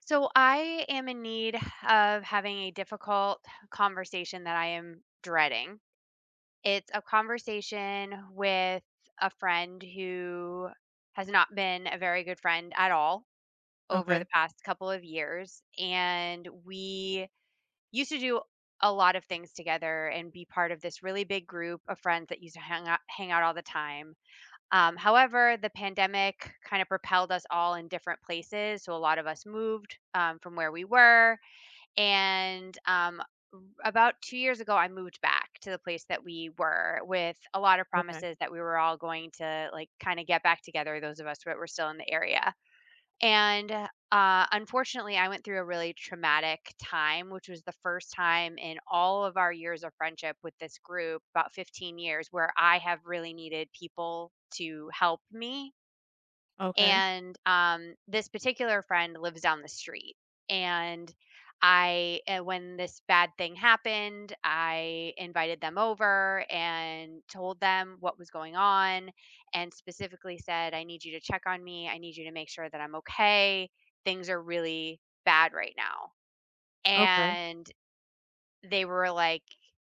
So I am in need of having a difficult conversation that I am dreading. It's a conversation with a friend who has not been a very good friend at all over Okay. the past couple of years. And we used to do a lot of things together and be part of this really big group of friends that used to hang out all the time. However, the pandemic kind of propelled us all in different places. So a lot of us moved from where we were and about 2 years ago, I moved back to the place that we were with a lot of Okay. promises that we were all going to, like, kinda get back together, those of us that were still in the area. Unfortunately, I went through a really traumatic time, which was the first time in all of our years of friendship with this group, about 15 years, where I have really needed people to help me, Okay. and, this particular friend lives down the street. And when this bad thing happened, I invited them over and told them what was going on and specifically said, "I need you to check on me. I need you to make sure that I'm okay. Things are really bad right now." Okay. And they were like,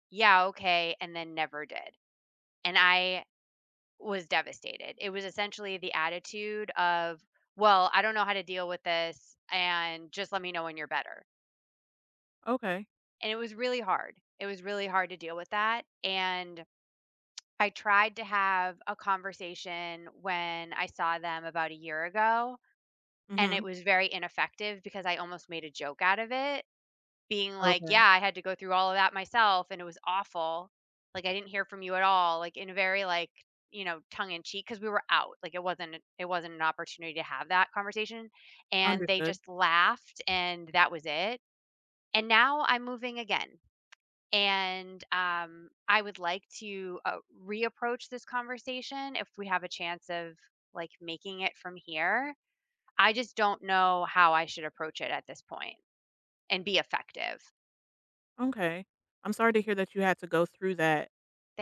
"Yeah, okay," and then never did. And I was devastated. It was essentially the attitude of, "Well, I don't know how to deal with this, and just let me know when you're better." Okay. And it was really hard. It was really hard to deal with that, and I tried to have a conversation when I saw them about a year ago, and it Mhm. was very ineffective because I almost made a joke out of it, being like, "Yeah, Okay. I had to go through all of that myself and it was awful. Like I didn't hear from you at all." Like in a very like, you know, tongue in cheek because we were out. Like it wasn't an opportunity to have that conversation and they Understood. just laughed and that was it. And now I'm moving again. And I would like to reapproach this conversation if we have a chance of like making it from here. I just don't know how I should approach it at this point and be effective. Okay. I'm sorry to hear that you had to go through that.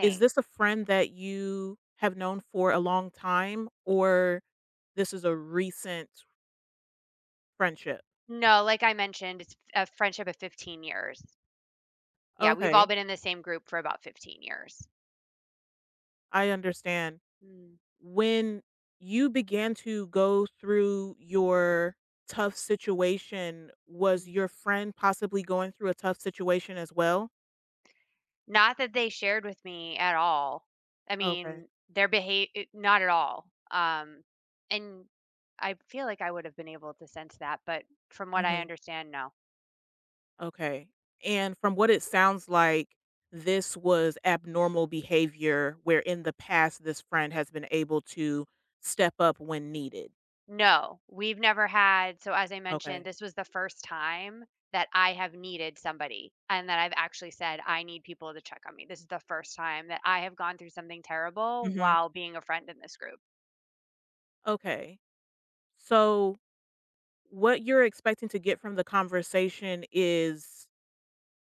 Is this a friend that you have known for a long time, or this is a recent friendship? No, like I mentioned, it's a friendship of 15 years. Yeah, we've all Okay. been in the same group for about 15 years. I understand. Mm, When you began to go through your tough situation, was mhm. your friend possibly going through a tough situation as well? Not that they shared with me at all. I Okay. mean, their behavior, not at all. And I feel like I would have been able to sense that, but from what I Mm-hmm. understand, no. Okay. And from what it sounds like, this was abnormal behavior where in the past this friend has been able to step up when needed. No, we've never had, so as I mentioned, Okay. this was the first time that I have needed somebody and that I've actually said, "I need people to check on me." This is the first time that I have gone through something terrible Mhm. while being a friend in this group. Okay. So what you're expecting to get from the conversation is,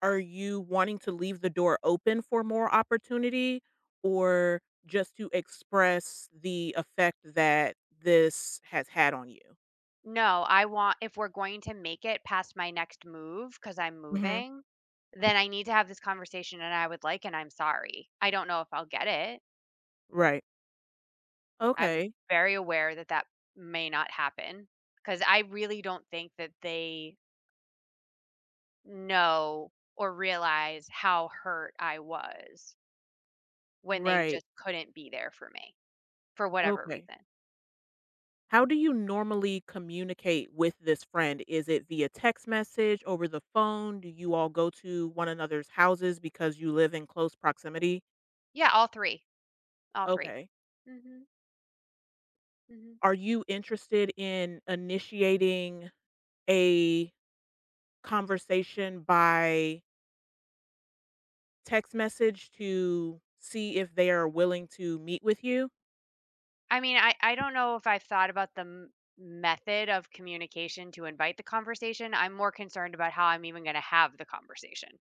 are you wanting to leave the door open for more opportunity, or just to express the effect that this has had on you? No, I want, if we're going to make it past my next move, because 'cause I'm Mhm. moving, then I need to have this conversation and I would like and "I'm sorry." I don't know if I'll get it. Right. I'm Okay. very aware that that may not happen, because I really don't think that they know or realize how hurt I was when they Right. just couldn't be there for me for whatever Okay. reason. How do you normally communicate with this friend? Is it via text message, over the phone? Do you all go to one another's houses because you live in close proximity? Yeah, all 3, all 3. Okay. Mhm, mhm. Are you interested in initiating a conversation by text message to see if they are willing to meet with you? I mean, I don't know if I've thought about the m method of communication to invite the conversation. I'm more concerned about how I'm even gonna have the conversation.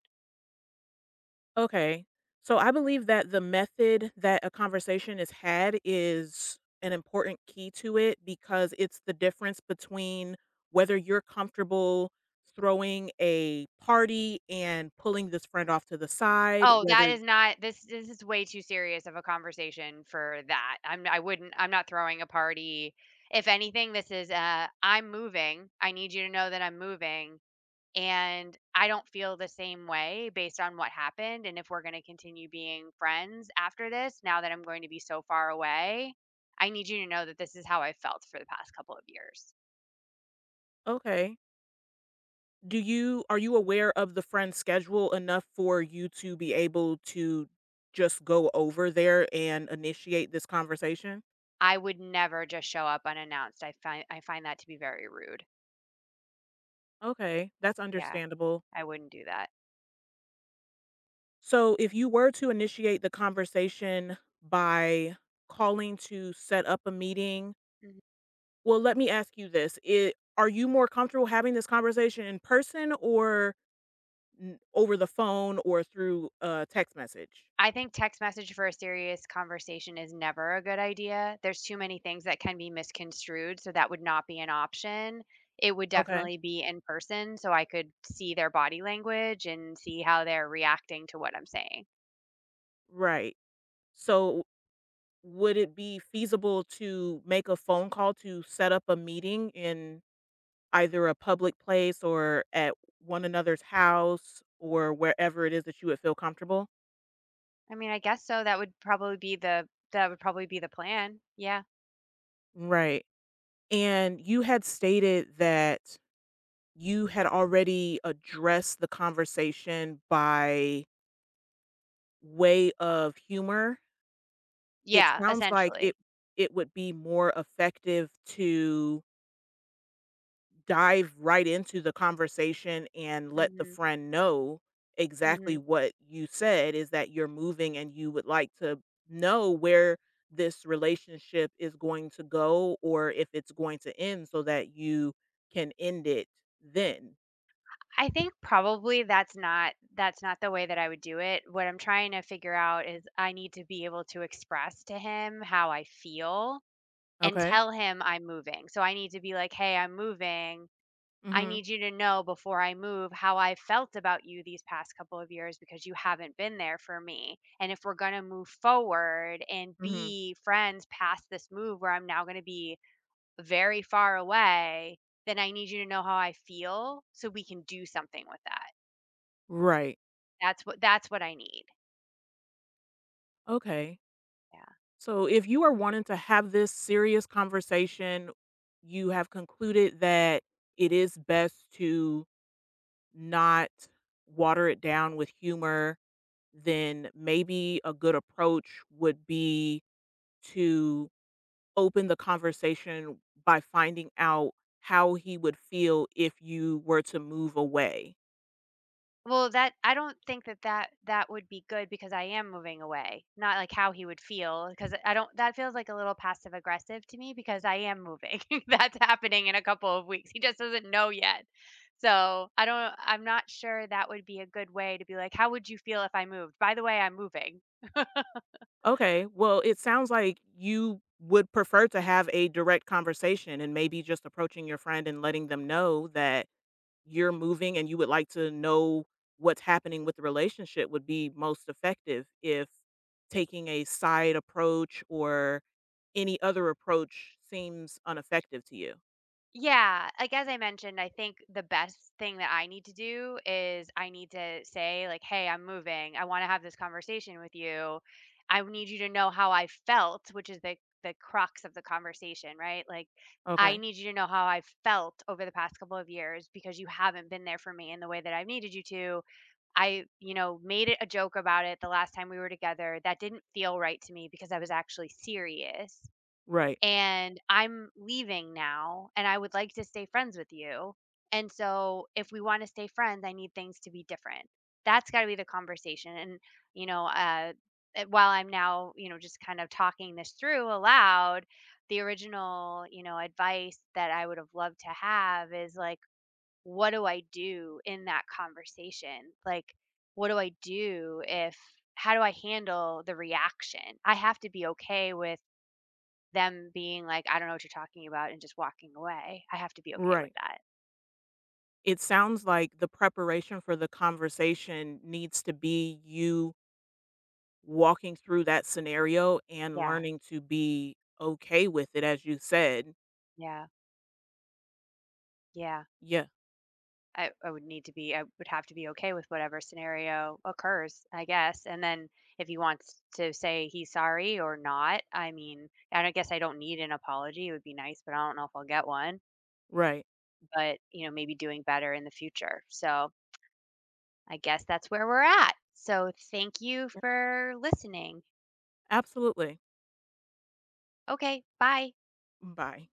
Okay. So I believe that the method that a conversation is had is an important key to it, because it's the difference between whether you're comfortable throwing a party and pulling this friend off to the side, Oh, that whether is not, this is way too serious of a conversation for that. I'm I wouldn't I'm not throwing a party. If anything, this is I'm moving. I need you to know that I'm moving and I don't feel the same way based on what happened, and if we're going to continue being friends after this, now that I'm going to be so far away, I need you to know that this is how I felt for the past couple of years. Okay. Do you, are you aware of the friend's schedule enough for you to be able to just go over there and initiate this conversation? I would never just show up unannounced. I find that to be very rude. Okay, that's Yeah, understandable. I wouldn't do that. So, if you were to initiate the conversation by calling to set up a meeting, well, let me ask you this, it, are you more comfortable having this conversation in person, or n over the phone, or through a text message? I think text message for a serious conversation is never a good idea. There's too many things that can be misconstrued, so that would not be an option. It would Okay, definitely be in person so I could see their body language and see how they're reacting to what I'm saying. right. So, would it be feasible to make a phone call to set up a meeting in either a public place or at one another's house or wherever it is that you would feel comfortable? I mean, I guess so, that would probably be the plan. Yeah. Right. And you had stated that you had already addressed the conversation by way of humor. It Yeah, sounds like essentially. it would be more effective to dive right into the conversation and let the Mhm. friend know exactly Mhm. what you said, is that you're moving and you would like to know where this relationship is going to go or if it's going to end so that you can end it then. I think probably that's not the way that I would do it. What I'm trying to figure out is I need to be able to express to him how I feel and Okay. tell him I'm moving. So I need to be like, "Hey, I'm moving. I Mhm. need you to know before I move how I felt about you these past couple of years because you haven't been there for me. And if we're going to move forward and Mhm. be friends past this move where I'm now going to be very far away, then I need you to know how I feel so we can do something with that." Right. That's what I need, Okay. yeah. So if you are wanting to have this serious conversation, you have concluded that it is best to not water it down with humor, then maybe a good approach would be to open the conversation by finding out how he would feel if you were to move away. Well, that I don't think that that would be good because I am moving away, not, like, how he would feel because I don't, that feels like a little passive aggressive to me because I am moving. That's happening in a couple of weeks. He just doesn't know yet. So, I'm not sure that would be a good way to be like, "How would you feel if I moved? By the way, I'm moving." Okay. Well, it sounds like you would prefer to have a direct conversation, and maybe just approaching your friend and letting them know that you're moving and you would like to know what's happening with the relationship would be most effective, if taking a side approach or any other approach seems ineffective to you. Yeah, like, as I mentioned, I think the best thing that I need to do is I need to say, like, "Hey, I'm moving. I wanna have this conversation with you. I need you to know how I felt," which is the crux of the conversation, right? Like, "I Okay. need you to know how I felt over the past couple of years because you haven't been there for me in the way that I've needed you to. I, you know, made it a joke about it the last time we were together. That didn't feel right to me because I was actually serious." Right. And I'm leaving now and I would like to stay friends with you. And so if we want to stay friends, I need things to be different. That's got to be the conversation. And, you know, uh, while I'm now, just kind of talking this through aloud, the original, advice that I would have loved to have is like, what do I do in that conversation? Like, what do I do if, how do I handle the reaction? I have to be okay with them being like, "I don't know what you're talking about," and just walking away. I have to be okay with Right. that. It sounds like the preparation for the conversation needs to be you walking through that scenario and Yeah, learning to be okay with it, as you said. yeah, yeah. Yeah, I would need to be, okay with whatever scenario occurs, I guess, and then if he wants to say he's sorry or not, I mean, I don't need an apology. It would be nice, but I don't know if I'll get one, right. but, you know, maybe doing better in the future. So, I guess that's where we're at. So, thank you for listening. Absolutely. Okay, bye. Bye.